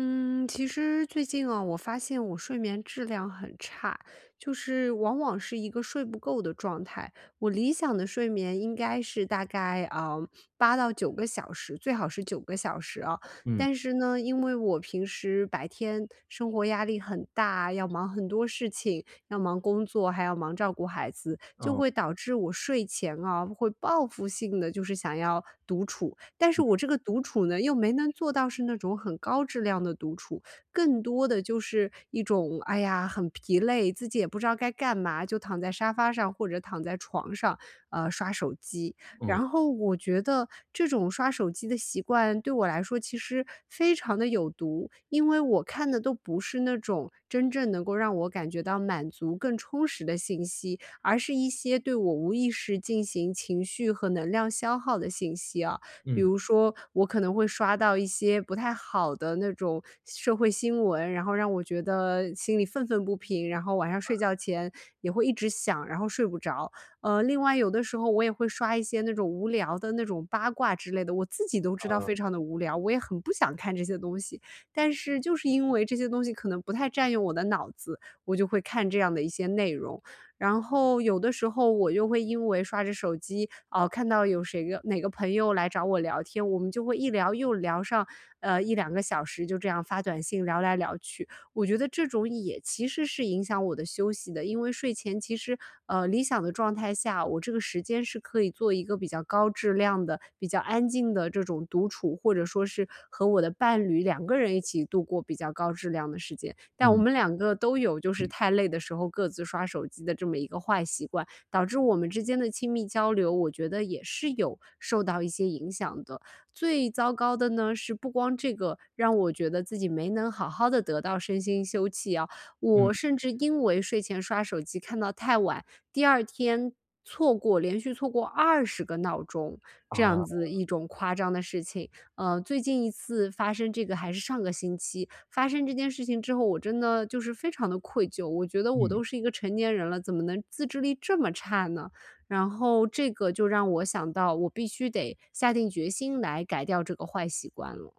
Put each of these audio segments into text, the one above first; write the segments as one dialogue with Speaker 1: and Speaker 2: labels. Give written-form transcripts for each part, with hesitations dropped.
Speaker 1: 嗯，其实最近啊，我发现我睡眠质量很差，就是往往是一个睡不够的状态。我理想的睡眠应该是大概啊8到9个小时，最好是九个小时啊。
Speaker 2: 嗯，
Speaker 1: 但是呢，因为我平时白天生活压力很大，要忙很多事情，要忙工作，还要忙照顾孩子，就
Speaker 2: 嗯
Speaker 1: 会导致我睡前啊会报复性的就是想要独处，但是我这个独处呢，又没能做到是那种很高质量的独处，更多的就是一种，哎呀，很疲累，自己也不知道该干嘛，就躺在沙发上或者躺在床上，刷手机。
Speaker 2: 嗯，
Speaker 1: 然后我觉得这种刷手机的习惯对我来说其实非常的有毒，因为我看的都不是那种真正能够让我感觉到满足、更充实的信息，而是一些对我无意识进行情绪和能量消耗的信息啊。比
Speaker 2: 嗯，
Speaker 1: 如说我可能会刷到一些不太好的那种社会新闻，然后让我觉得心里愤愤不平，然后晚上睡觉前也会一直想，然后睡不着。另外有的时候我也会刷一些那种无聊的那种八卦之类的，我自己都知道非常的无聊，我也很不想看这些东西，但是就是因为这些东西可能不太占用我的脑子，我就会看这样的一些内容。然后有的时候我又会因为刷着手机，哦，看到有哪个朋友来找我聊天，我们就会一聊又聊上，一两个小时，就这样发短信聊来聊去。我觉得这种也其实是影响我的休息的，因为睡前其实，理想的状态下，我这个时间是可以做一个比较高质量的、比较安静的这种独处，或者说是和我的伴侣两个人一起度过比较高质量的时间。但我
Speaker 2: 嗯，
Speaker 1: 们两个都有就是
Speaker 2: 嗯，
Speaker 1: 太累的时候各自刷手机的这么一个坏习惯，导致我们之间的亲密交流，我觉得也是有受到一些影响的。最糟糕的呢，是不光这个让我觉得自己没能好好的得到身心休憩啊，
Speaker 2: 嗯，
Speaker 1: 我甚至因为睡前刷手机看到太晚，第二天连续错过20个闹钟，这
Speaker 2: 啊，
Speaker 1: 样子一种夸张的事情。最近一次发生这个还是上个星期，发生这件事情之后，我真的就是非常的愧疚，我觉得我都
Speaker 2: 嗯，
Speaker 1: 是一个成年人了，怎么能自制力这么差呢？然后这个就让我想到，我必须得下定决心来改掉这个坏习惯了。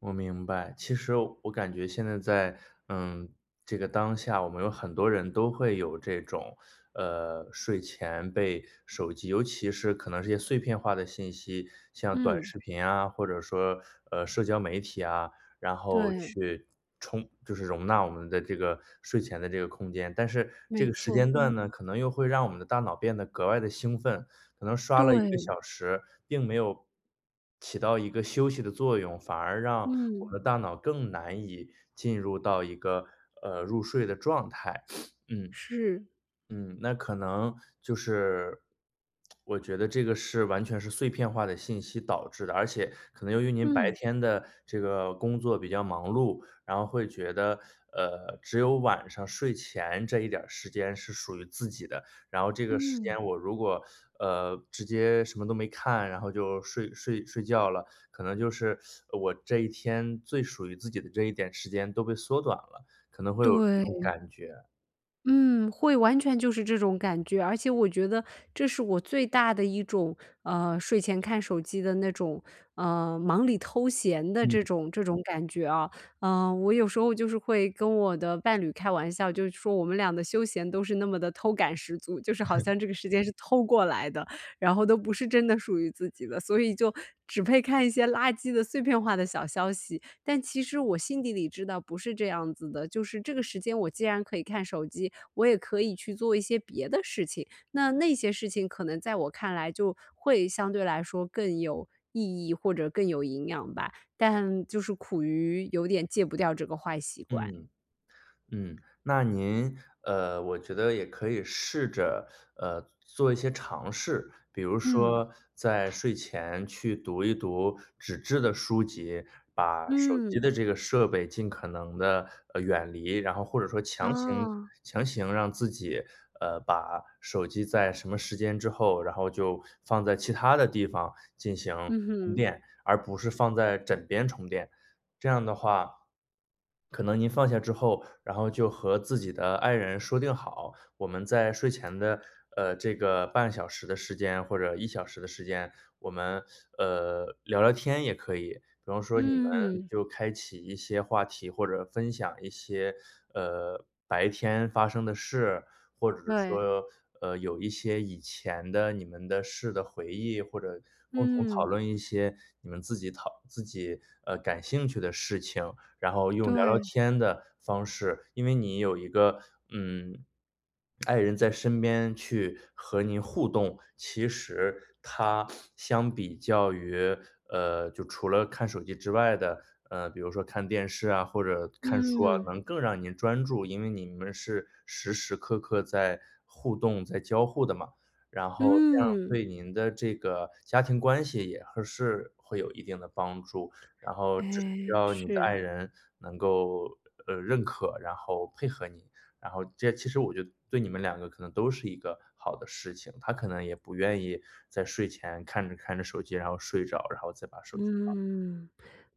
Speaker 2: 我明白。其实我感觉现在在，嗯，这个当下，我们有很多人都会有这种，睡前被手机，尤其是可能是一些碎片化的信息，像短
Speaker 1: 嗯。
Speaker 2: 视频啊，或者说社交媒体啊，然后
Speaker 1: 对，
Speaker 2: 去充，就是容纳我们的这个睡前的这个空间。但是
Speaker 1: 没
Speaker 2: 这个时
Speaker 1: 错，
Speaker 2: 间段
Speaker 1: 嗯，
Speaker 2: 呢，可能又会让我们的大脑变得格外的兴奋，可能刷了一个
Speaker 1: 对，
Speaker 2: 小时，并没有起到一个休息的作用，反而让我
Speaker 1: 嗯。
Speaker 2: 们的大脑更难以进入到一个，入睡的状态。嗯，
Speaker 1: 是。
Speaker 2: 嗯，那可能就是我觉得这个是完全是碎片化的信息导致的，而且可能由于您白
Speaker 1: 嗯，
Speaker 2: 天的这个工作比较忙碌，然后会觉得，只有晚上睡前这一点儿时间是属于自己的，然后这个时
Speaker 1: 嗯，
Speaker 2: 间我如果，直接什么都没看，然后就睡觉了，可能就是我这一天最属于自己的这一点时间都被缩短了，可能会有这种
Speaker 1: 对。
Speaker 2: 感觉。
Speaker 1: 嗯，会完全就是这种感觉，而且我觉得这是我最大的一种，睡前看手机的那种，忙里偷闲的这
Speaker 2: 嗯
Speaker 1: 种这种感觉啊。我有时候就是会跟我的伴侣开玩笑，就是说我们俩的休闲都是那么的偷感十足，就是好像这个时间是偷过来的，然后都不是真的属于自己的，所以就只配看一些垃圾的碎片化的小消息，但其实我心底里知道不是这样子的，就是这个时间我既然可以看手机，我也可以去做一些别的事情。那那些事情可能在我看来就会相对来说更有意义或者更有营养吧，但就是苦于有点戒不掉这个坏习惯。
Speaker 2: 嗯。嗯，那您，我觉得也可以试着，做一些尝试，比如
Speaker 1: 嗯。
Speaker 2: 说在睡前去读一读纸质的书籍，把手机
Speaker 1: 嗯
Speaker 2: 的这个设备尽可能的远离，然后或者说强行
Speaker 1: 哦，啊
Speaker 2: 强行让自己，把手机在什么时间之后，然后就放在其他的地方进行
Speaker 1: 嗯
Speaker 2: 充
Speaker 1: 哼，
Speaker 2: 电，而不是放在枕边充电。这样的话，可能您放下之后，然后就和自己的爱人说定好，我们在睡前的，这个半小时的时间或者一小时的时间，我们，聊聊天也可以。比方说你们
Speaker 1: 嗯，
Speaker 2: 就开启一些话题，或者分享一些，白天发生的事，或者是
Speaker 1: 对，
Speaker 2: 说，有一些以前的你们的事的回忆，或者共同讨
Speaker 1: 嗯，
Speaker 2: 论一些你们自己自己感兴趣的事情，然后用聊聊
Speaker 1: 对，
Speaker 2: 天的方式，因为你有一个嗯，爱人在身边去和您互动，其实它相比较于就除了看手机之外的，比如说看电视啊，或者看书啊，
Speaker 1: 嗯，
Speaker 2: 能更让您专注，因为你们是时时刻刻在互动、在交互的嘛，然后这样
Speaker 1: 嗯，
Speaker 2: 对您的这个家庭关系也还是会有一定的帮助。然后
Speaker 1: 哎，
Speaker 2: 只是需要你的爱
Speaker 1: 是，
Speaker 2: 人能够，认可，然后配合你，然后这其实我觉得对你们两个可能都是一个好的事情。他可能也不愿意在睡前看着看着手机，然后睡着，然后再把手机
Speaker 1: 嗯。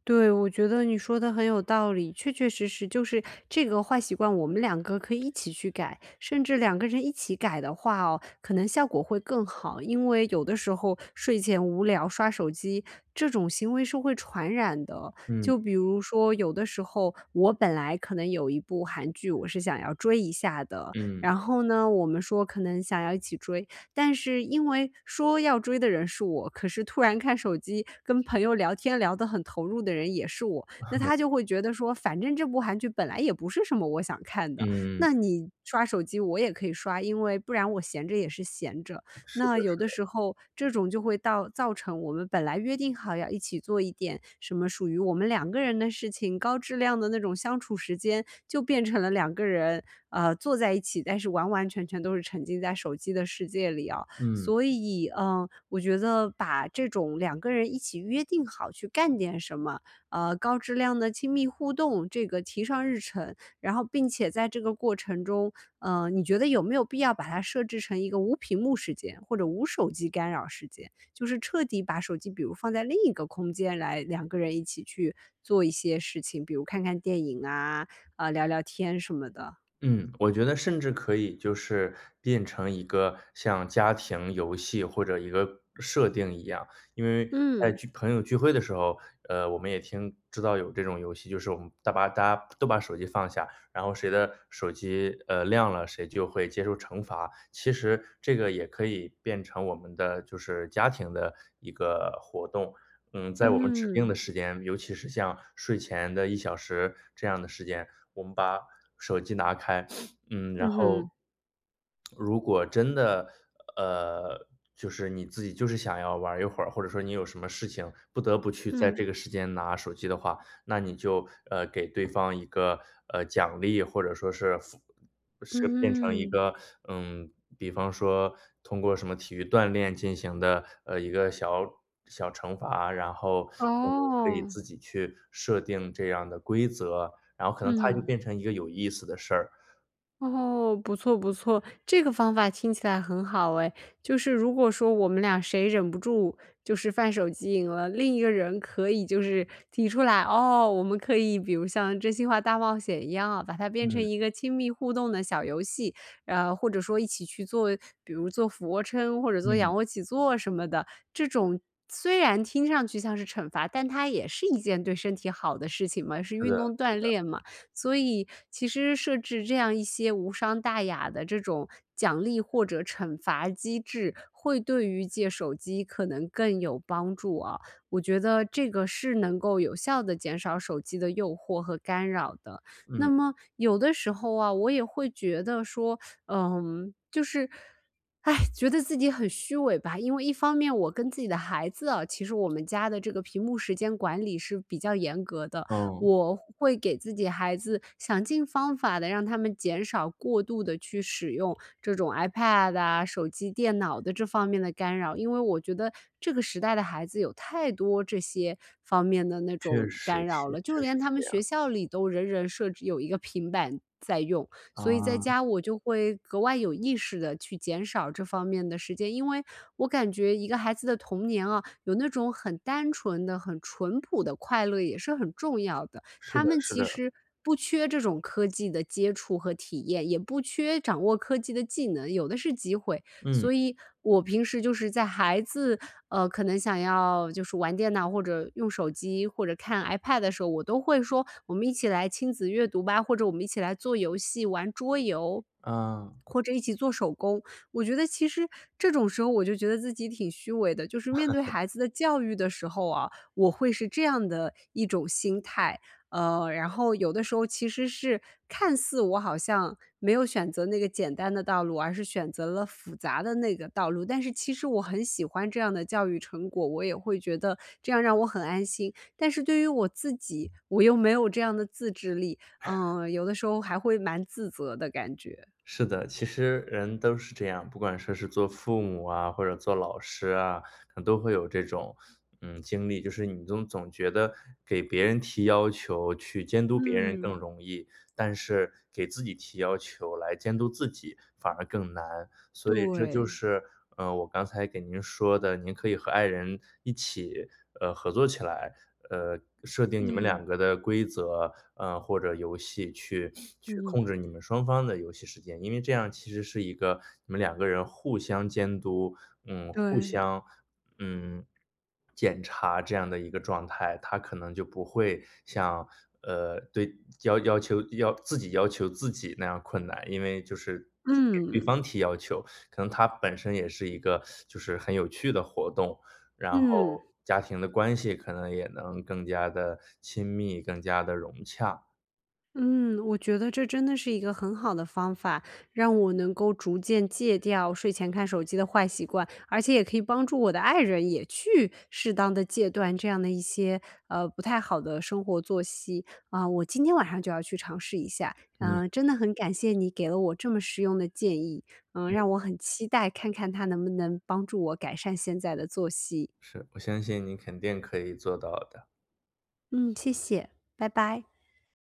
Speaker 1: 对，我觉得你说的很有道理，确确实实就是这个坏习惯，我们两个可以一起去改，甚至两个人一起改的话哦，可能效果会更好。因为有的时候睡前无聊刷手机这种行为是会传染的，
Speaker 2: 嗯，
Speaker 1: 就比如说有的时候我本来可能有一部韩剧我是想要追一下的，
Speaker 2: 嗯，
Speaker 1: 然后呢，我们说可能想要一起追，但是因为说要追的人是我，可是突然看手机跟朋友聊天聊得很投入的人也是我，那他就会觉得说，反正这部韩剧本来也不是什么我想看的，
Speaker 2: 嗯，
Speaker 1: 那你刷手机我也可以刷，因为不然我闲着也是闲着。
Speaker 2: 是
Speaker 1: 那
Speaker 2: 的
Speaker 1: 有
Speaker 2: 是
Speaker 1: 的
Speaker 2: 的，
Speaker 1: 时候这种就会到造成我们本来约定好要一起做一点什么属于我们两个人的事情，高质量的那种相处时间，就变成了两个人，坐在一起，但是完完全全都是沉浸在手机的世界里啊。
Speaker 2: 嗯。
Speaker 1: 所以，我觉得把这种两个人一起约定好去干点什么，高质量的亲密互动，这个提上日程，然后并且在这个过程中，你觉得有没有必要把它设置成一个无屏幕时间或者无手机干扰时间？就是彻底把手机比如放在另一个空间来两个人一起去做一些事情，比如看看电影啊，啊，聊聊天什么的。
Speaker 2: 嗯，我觉得甚至可以就是变成一个像家庭游戏或者一个设定一样，因为在
Speaker 1: 嗯，
Speaker 2: 聚朋友聚会的时候，我们也知道有这种游戏，就是我们把大家都把手机放下，然后谁的手机亮了，谁就会接受惩罚。其实这个也可以变成我们的就是家庭的一个活动，嗯，在我们指定
Speaker 1: 嗯，
Speaker 2: 的时间，尤其是像睡前的一小时这样的时间，我们把手机拿开，嗯，然
Speaker 1: 嗯
Speaker 2: 后
Speaker 1: 哼，
Speaker 2: 如果真的，呃，就是你自己就是想要玩儿一会儿，或者说你有什么事情不得不去在
Speaker 1: 嗯，
Speaker 2: 这个时间拿手机的话，那你就，给对方一个，奖励，或者说是变成一
Speaker 1: 嗯，
Speaker 2: 个，嗯，比方说通过什么体育锻炼进行的，一个小小惩罚，然后，嗯，可以
Speaker 1: 哦，
Speaker 2: 自己去设定这样的规则，然后可能它就
Speaker 1: 嗯。
Speaker 2: 变成一个有意思的事儿。
Speaker 1: 哦，不错不错，这个方法听起来很好哎。就是如果说我们俩谁忍不住就是犯手机瘾了，另一个人可以就是提出来，哦，我们可以比如像真心话大冒险一样啊，把它变成
Speaker 2: 嗯。
Speaker 1: 一个亲密互动的小游戏，或者说一起去做，比如做俯卧撑或者做仰
Speaker 2: 嗯，
Speaker 1: 卧起坐什么的。这种虽然听上去像是惩罚，但它也是一件对身体好的事情嘛，是
Speaker 2: 是
Speaker 1: 运
Speaker 2: 的，
Speaker 1: 动锻炼嘛。所以其实设置这样一些无伤大雅的这种奖励或者惩罚机制，会对于戒手机可能更有帮助啊。我觉得这个是能够有效的减少手机的诱惑和干扰的。那
Speaker 2: 嗯。
Speaker 1: 么有的时候啊，我也会觉得说，就是，哎，觉得自己很虚伪吧。因为一方面我跟自己的孩子啊，其实我们家的这个屏幕时间管理是比较严格的，
Speaker 2: 嗯，
Speaker 1: 我会给自己孩子想尽方法的，让他们减少过度的去使用这种 iPad 啊、手机、电脑的这方面的干扰。因为我觉得这个时代的孩子有太多这些方面的那
Speaker 2: 确
Speaker 1: 种
Speaker 2: 实
Speaker 1: 干
Speaker 2: 是，
Speaker 1: 扰了，就
Speaker 2: 确
Speaker 1: 连
Speaker 2: 实
Speaker 1: 他
Speaker 2: 是
Speaker 1: 们
Speaker 2: 这
Speaker 1: 学
Speaker 2: 样。
Speaker 1: 校里都人人设置有一个平板在用。所以在
Speaker 2: 啊，
Speaker 1: 家我就会格外有意识的去减少这方面的时间，因为我感觉一个孩子的童年啊，有那种很单纯的、很淳朴的快乐也是很重要的。
Speaker 2: 是
Speaker 1: 他
Speaker 2: 的，
Speaker 1: 们
Speaker 2: 是
Speaker 1: 其
Speaker 2: 的，
Speaker 1: 实不缺这种科技的接触和体验，也不缺掌握科技的技能，有的是机会。
Speaker 2: 嗯，
Speaker 1: 所以我平时就是在孩子，可能想要就是玩电脑或者用手机或者看 iPad 的时候，我都会说："我们一起来亲子阅读吧。"或者"我们一起来做游戏、玩桌游，
Speaker 2: 啊，
Speaker 1: 或者一起做手工。"我觉得其实这种时候我就觉得自己挺虚伪的，就是面对孩子的教育的时候啊，我会是这样的一种心态。然后有的时候其实是看似我好像没有选择那个简单的道路，而是选择了复杂的那个道路，但是其实我很喜欢这样的教育成果，我也会觉得这样让我很安心。但是对于我自己，我又没有这样的自制力，有的时候还会蛮自责的感觉。
Speaker 2: 是的，其实人都是这样，不管说是做父母啊，或者做老师啊，可能都会有这种，嗯，经历，就是你总觉得给别人提要求去监督别人
Speaker 1: 嗯，
Speaker 2: 更容易，但是给自己提要求来监督自己反而更难。所以这就
Speaker 1: 对。
Speaker 2: 是，我刚才给您说的，您可以和爱人一起，合作起来，设定你们
Speaker 1: 嗯，
Speaker 2: 两个的规则，或者游戏去
Speaker 1: 嗯，
Speaker 2: 控制你们双方的游戏时间。因为这样其实是一个你们两个人互相监督，嗯，互
Speaker 1: 对，
Speaker 2: 相，嗯，检查这样的一个状态，他可能就不会像，对要求自己那样困难，因为就是给对
Speaker 1: 嗯，
Speaker 2: 方提要求，可能它本身也是一个就是很有趣的活动，然嗯
Speaker 1: 嗯，
Speaker 2: 后家庭的关系可能也能更加的亲密，更加的融洽。
Speaker 1: 嗯，我觉得这真的是一个很好的方法，让我能够逐渐戒掉睡前看手机的坏习惯，而且也可以帮助我的爱人也去适当的戒断这样的一些，不太好的生活作息。啊，我今天晚上就要去尝试一下，
Speaker 2: 嗯，
Speaker 1: 真的很感谢你给了我这么实用的建议，
Speaker 2: 嗯，
Speaker 1: 让我很期待看看它能不能帮助我改善现在的作息。
Speaker 2: 是，我相信你肯定可以做到的。
Speaker 1: 嗯，谢谢，拜拜。